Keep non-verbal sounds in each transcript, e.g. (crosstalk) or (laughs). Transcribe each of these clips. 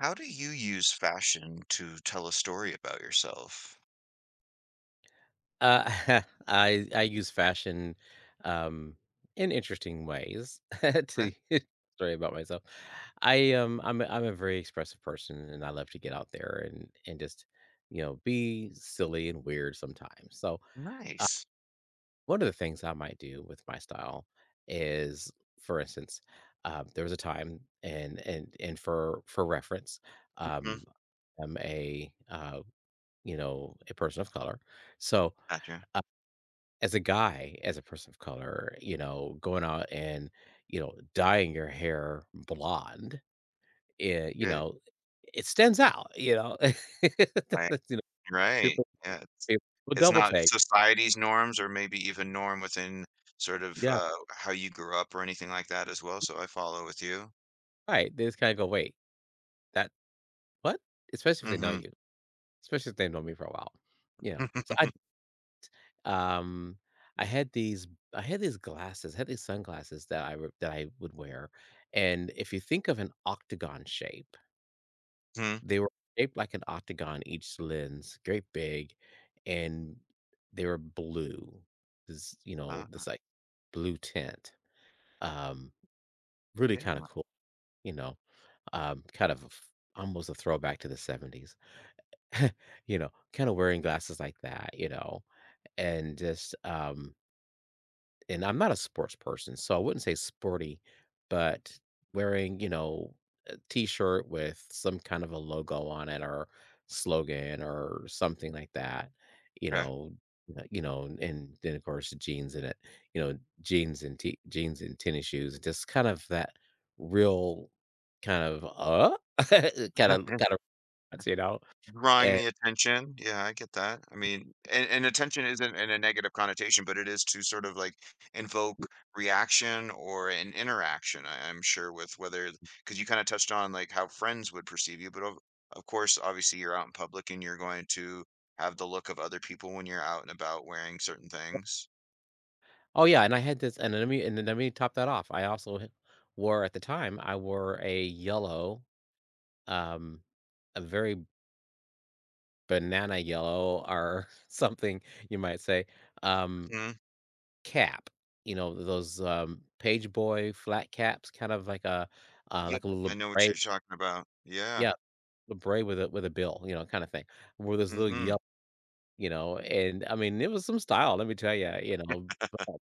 How do you use fashion to tell a story about yourself? Uh, (laughs) I use fashion, um, in interesting ways (laughs) Okay, to (laughs) story about myself. I'm a very expressive person, and I love to get out there and just be silly and weird sometimes. So uh, nice. one of the things I might do with my style is, for instance, there was a time, and for reference, Mhm. um, I'm a a person of color, so. Gotcha. uh, as a guy, as a person of color, you know, going out and, dyeing your hair blonde, eh, you Good. know, it stands out, you know? (laughs) Right. That's, You know, Right. people Yeah. It's, people will it's double not take. society's norms or maybe even norm within sort of Yeah, how you grew up or anything like that as well. So I follow with you. right, they just kinda go, "Wait, that what?" Especially if they know Mm-hmm. you, Especially if they know me for a while, you know? So um, I had these I had these glasses, I had these sunglasses that I would wear, and if you think of an octagon shape. (laughs) They were shaped like an octagon, each lens, great big, and they were blue. This, you know, Uh, this like blue tint. Um, Really kind of yeah. cool, you know, um, kind of a f- almost a throwback to the 70s, (laughs) kind of wearing glasses like that, you know, and just, um, and I'm not a sports person, so I wouldn't say sporty, but wearing, you know, a t-shirt with some kind of a logo on it or slogan or something like that, you Okay. know, and then of course jeans in it, you know, jeans and tennis shoes, just kind of that real kind of (laughs) kind of kind (laughs) of you know, Drawing and. the attention. Yeah, I get that. I mean, and attention isn't in a negative connotation, but it is to sort of like invoke reaction or an interaction, I'm sure, with because you kind of touched on like how friends would perceive you, but of course, obviously, you're out in public and you're going to have the look of other people when you're out and about wearing certain things. Oh, yeah, and I had this and let me and then let me top that off. I also h wore at the time, I wore a yellow, um, a very banana yellow or (laughs) something, you might say, um, Hmm. cap. You know, those, page boy flat caps, kind of like Yep. like a little I know what braid. you're talking about. Yeah. Yeah, a braid with a bill, you know, kinda thing. Wore this little Hmm. yellow, you know. And, I mean, it was some style, let me tell you, you know, but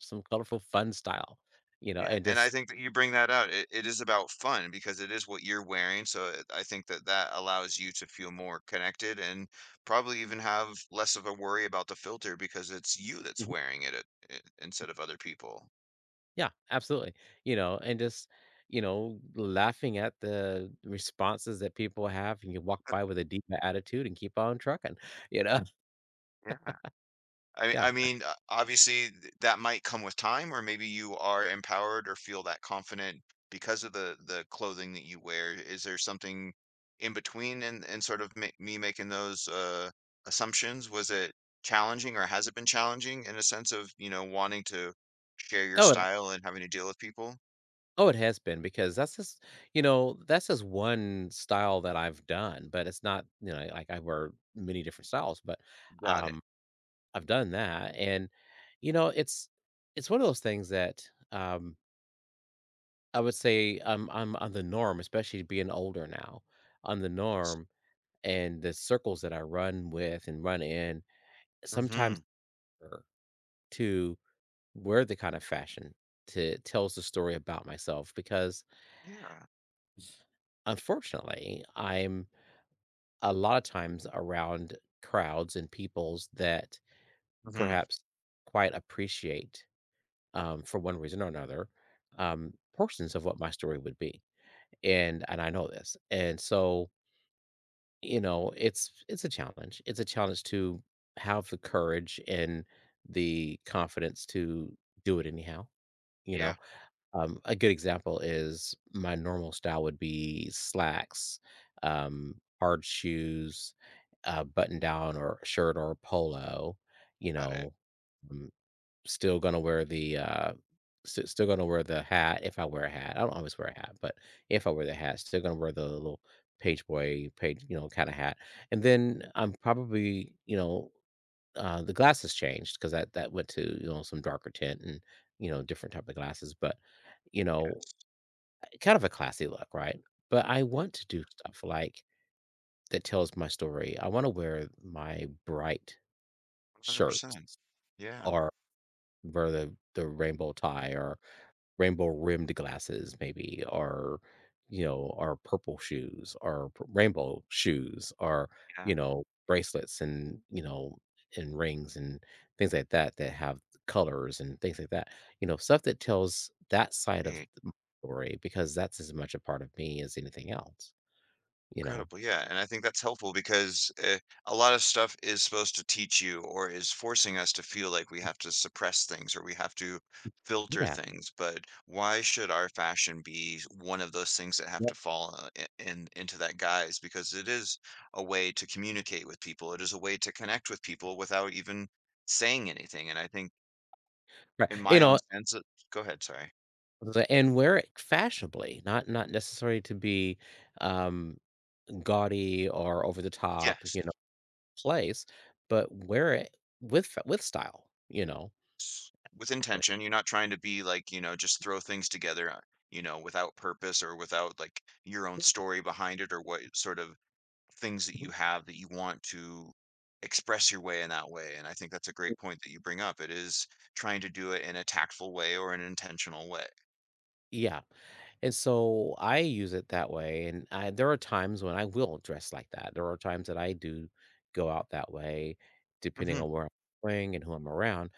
some colorful, fun style, you know, Yeah, and and I just. think that you bring that out. It is about fun because it is what you're wearing. So I think that that allows you to feel more connected and probably even have less of a worry about the filter because it's you that's Mhm. wearing it instead of other people. Yeah, absolutely. You know, and just, laughing at the responses that people have, and you walk by with a diva attitude and keep on trucking, you know? (laughs) Yeah. I mean Yeah. I mean, uh, obviously, th that might come with time, or maybe you are empowered or feel that confident because of the clothing that you wear. Is there something in between and sort of ma me making those, assumptions? Was it challenging, or has it been challenging in a sense of, you know, wanting to share your Oh, it style and having to deal with people? oh, it has been because that's just, you know, that's just one style that I've done, but it's not, you know, like I wear many different styles, but, Got it. um, I've done that, and, you know, it's one of those things that, I would say I'm on the norm, especially being older now, on the norm and the circles that I run with and run in sometimes, Mhm. er, to wear the kind of fashion to tells the story about myself because Yeah. unfortunately I'm a lot of times around crowds and peoples that Mhm. perhaps quite appreciate, for one reason or another, portions of what my story would be. And I know this, and so you know, it's a challenge. It's a challenge to have the courage and the confidence to do it anyhow. You Yeah. know, a good example is my normal style would be slacks, hard shoes, button down or shirt or polo. You Got it. know, um, still gonna wear the, uh, still gonna wear the hat if I wear a hat. I don't always wear a hat, but if I wear the hat, still gonna wear the little page boy, page you know, kinda hat. And then I'm probably, you know, the glasses changed because that went to, you know, some darker tint and, you know, different type of glasses, but, you Yeah, know, kind of a classy look, right? But I want to do stuff like that tells my story. I wanna wear my bright shirts, 100%. Yeah. or wear the rainbow tie, or rainbow rimmed glasses maybe, or you know, or purple shoes, or rainbow shoes, or Yeah. you know, bracelets, and you know, and rings, and things like that that have colors and things like that, you know, stuff that tells that side of Hey. the story because that's as much a part of me as anything else, you know. Incredible, yeah, and I think that's helpful because a lot of stuff is supposed to teach you or is forcing us to feel like we have to suppress things or we have to filter Yeah, things, but why should our fashion be one of those things that have yeah, to fall, I in into that guise? Because it is a way to communicate with people, it is a way to connect with people without even saying anything, and I think right, in you my own know, sense, uh. Go ahead, sorry. And wear it fashionably, not necessarily to be, um gaudy or over the top, Yes. you know, place. But wear it with f with style, you know? s- with Like. intention. You're not trying to be like, you know, just throw things together, you know, without purpose or without like your own story behind it or what sort of things that Mhm. you have that you want to express your way in that way. And I think that's a great point that you bring up. It is trying to do it in a tactful way or an intentional way. Yeah, and so I use it that way, and I there are times when I will dress like that. There are times that I do go out that way depending Mhm. on where I'm going and who I'm around,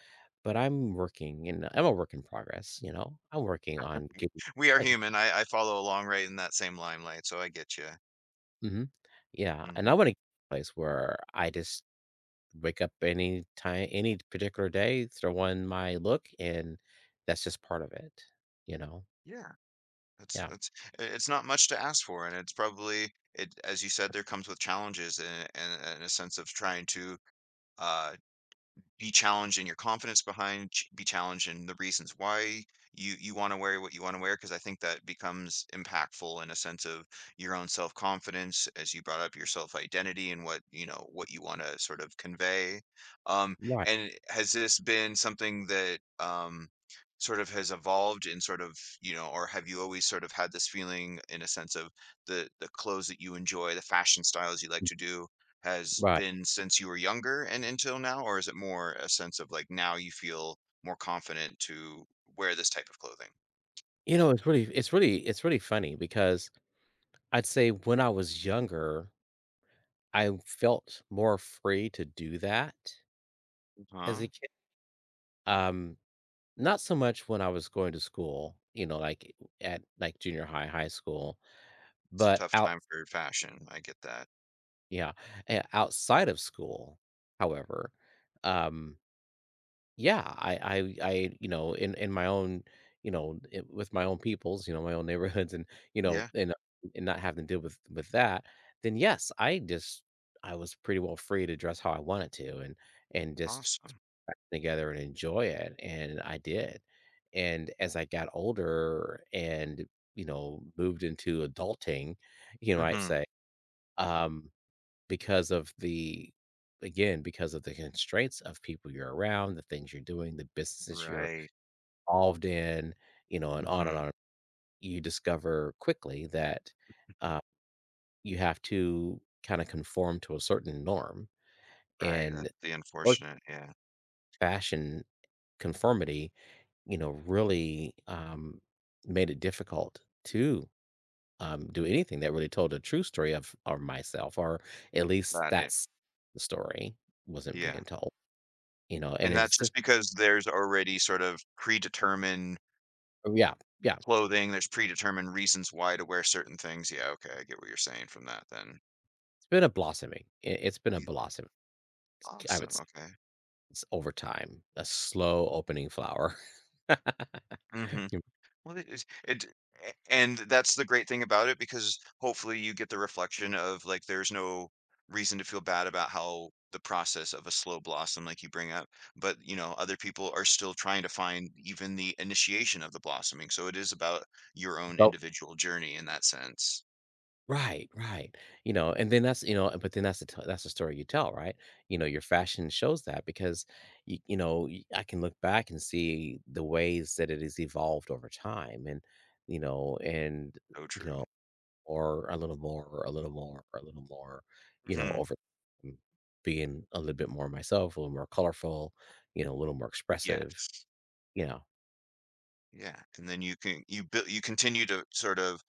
but I'm working and I'm a work in progress, you know? I'm working on getting We are a place. human. I follow along right in that same limelight, so I get you. Mhm. Yeah, and Hmm. I wanna get a place where I just wake up any time, any particular day, throw on my look, and that's just part of it, you know? Yeah. That's Yeah. that's I it's not much to ask for, and it's probably it as you said, there comes with challenges and and a sense of trying to, uh, be challenged in your confidence behind be challenged in the reasons why you want to wear what you want to wear because I think that becomes impactful in a sense of your own self confidence as you brought up your self identity and what you know what you want to sort of convey, um, Right, and has this been something that, um, sort of has evolved in sort of, you know, or have you always sort of had this feeling in a sense of the clothes that you enjoy, the fashion styles you like to do, has right. been since you were younger and until now, or is it more a sense of like now you feel more confident to wear this type of clothing? You know, it's really funny because I'd say when I was younger, I felt more free to do that as Huh? a kid. Um, Not so much when I was going to school, you know, like at like junior high, high school, It's a but tough out. time for fashion. I get that. Yeah, outside of school, however, um yeah. You know, in my own, you know, I with my own peoples, you know, my own neighborhoods, and, you know, Yeah. And not having to deal with that, then yes, I was pretty well free to dress how I wanted to, and just Awesome. back together and enjoy it, and I did. And as I got older and, you know, moved into adulting, you know, I'd Hmm. say, um because of the again, because of the constraints of people you're around, the things you're doing, the businesses you're Right. involved in, you know, and Hmm. on, you discover quickly that, uh, you have to kind of conform to a certain norm. Right. That's And, the or unfortunate. Yeah. fashion conformity, you know, really, made it difficult to, do anything that really told a true story of or myself, or at least Got it. that's the story wasn't Yeah. being told. You know, and And that's it's just just. because there's already sort of predetermined Oh, yeah, yeah, clothing. There's predetermined reasons why to wear certain things. Yeah. Okay. I get what you're saying from that then. it's been a blossoming. It's been a You- blossom, I would Awesome. say. Okay. It's over time, a slow opening flower. (laughs) Mm-hmm. You Well, it is it and that's the great thing about it because hopefully you get the reflection of, like, there's no reason to feel bad about how the process of a slow blossom, like you bring up, but, you know, other people are still trying to find even the initiation of the blossoming, so it is about your own know? individual journey in that sense. Right, right. You know, and then that's, you know, but then that's the t that's the story you tell, right? You know, your fashion shows that because you know, y I can look back and see the ways that it has evolved over time, and, you know, and, So you true. know, more, a little more, a little more, a little more, you know, Mhm. over, mm, being a little bit more myself, a little more colorful, you know, a little more expressive, Yes. you know. Yeah, and then you can you build you continue to sort of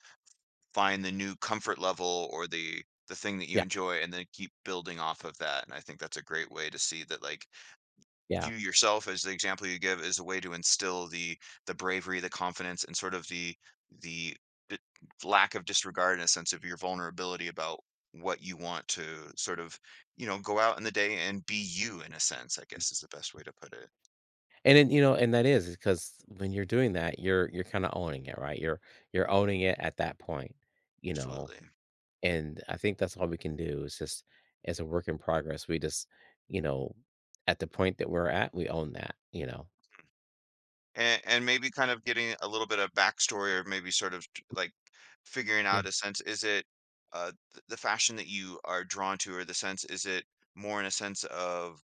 find the new comfort level or the thing that you Yeah, enjoy and then keep building off of that, and I think that's a great way to see that like yeah. you yourself as the example you give is a way to instill the bravery, the confidence, and sort of the d- lack of disregard and a sense of your vulnerability about what you want to sort of, you know, go out in the day and be you in a sense, I guess, is the best way to put it. And then, you know, and that is because when you're doing that, you're kind of owning it, right? You're owning it at that point, you know. Absolutely. And I think that's all we can do is just, as a work in progress, we just, you know, at the point that we're at, we own that, you know. And maybe kind of getting a little bit of backstory or maybe sort of like figuring Yeah. out a sense, is it the fashion that you are drawn to or the sense, is it more in a sense of,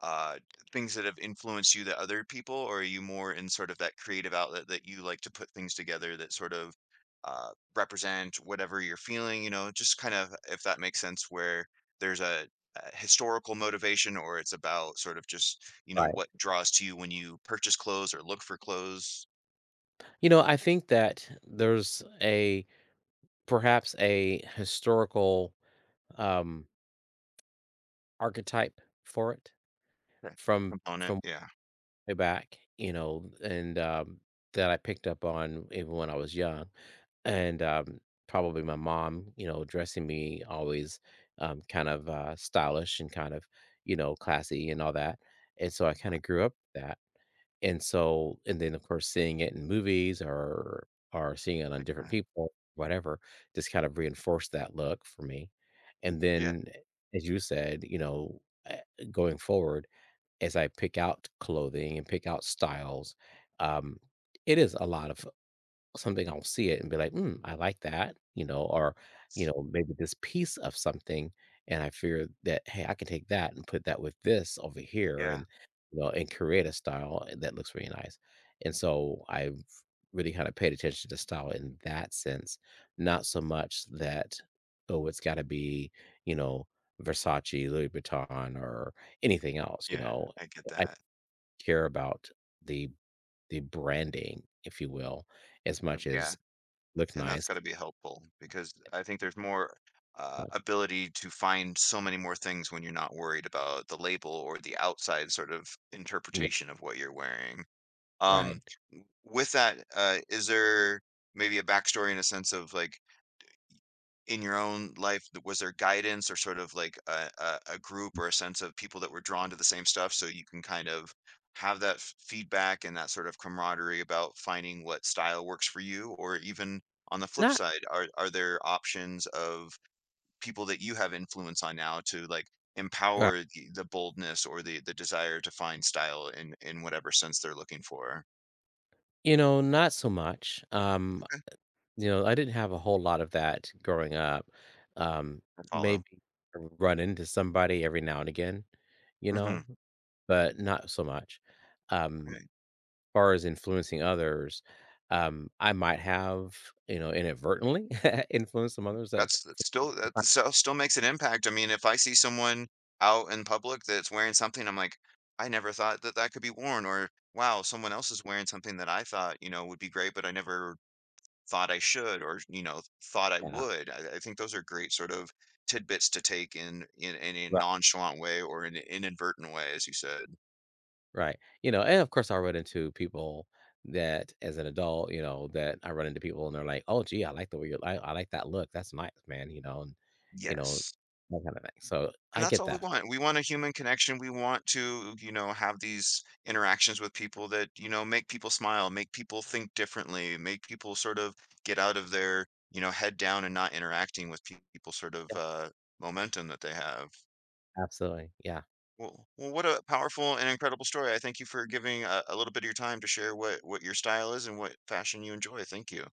uh, things that have influenced you that other people, or are you more in sort of that creative outlet that you like to put things together that sort of, represent whatever you're feeling? You know, just kind of if that makes sense, where there's a historical motivation, or it's about sort of just you know Right. what draws to you when you purchase clothes or look for clothes. You know, I think that there's a perhaps a historical, um, archetype for it That from component, from yeah, way back, you know, and, that I picked up on even when I was young, and, probably my mom, you know, dressing me always, kind of, stylish and kind of, you know, classy and all that, and so I I kinda grew up with that. And then, of course, seeing it in movies, or seeing it on like different that. people, whatever, just kind of reinforced that look for me. And Yeah, then, as you said, you know, eh, going forward, as I pick out clothing and pick out styles, um, it is a lot of. Something I'll see it and be like, "Hmm, I like that," you know, or, you know, maybe this piece of something, and I figure that, "Hey, I can take that and put that with this over here, yeah, and, you know, and create a style that looks really nice." And so I've really kind of paid attention to style in that sense, not so much that, "Oh, it's gotta be, you know, Versace, Louis Vuitton, or anything else," you yeah. know? I get I that. care about the the branding, if you will, as much Yeah. as. Looks And that's nice. gotta be helpful because I think there's more, Yeah, ability to find so many more things when you're not worried about the label or the outside sort of yeah, interpretation of what you're wearing. Um, right. w with that, is there maybe a backstory in a sense of, like, in your own life, was there guidance or sort of like a group or a sense of people that were drawn to the same stuff so you can kind of have that feedback and that sort of camaraderie about finding what style works for you? Or even on the flip Not side, are there options of people that you have influence on now to like uh, empower the boldness or the desire to find style in whatever sense they're looking for? you know, not so much. Okay. You know, I didn't have a whole lot of that growing up. Um, I follow. Maybe run into somebody every now and again, you Hmm. know, but not so much. Um, Far as influencing others, I might have, you know, inadvertently (laughs) influenced some others. That's. That still makes an impact. I mean, if I see someone out in public that's wearing something, I'm like, "I never thought that that could be worn," or, "Wow, someone else is wearing something that I thought, you know, would be great, but I never thought I should or, you know, thought I Yeah. would." I think those are great sort of tidbits to take in in a nonchalant way or in an inadvertent way, as you said. Right. You know, and of course I run into people that as an adult, you know, that I run into people, and they're like, "Oh, gee, I like the way you I like that look. That's nice, man," you know, and you know, Yes. that kind of thing. So And I that's get all we that. want. We want a human connection. We want to, you know, have these interactions with people that, you know, make people smile, make people think differently, make people sort of get out of their, you know, head down and not interacting with people sort of, momentum that they have. Absolutely. Yeah. Well, well, what a powerful and incredible story. I thank you for giving a little bit of your time to share what your style is and what fashion you enjoy. Thank you.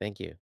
Thank you.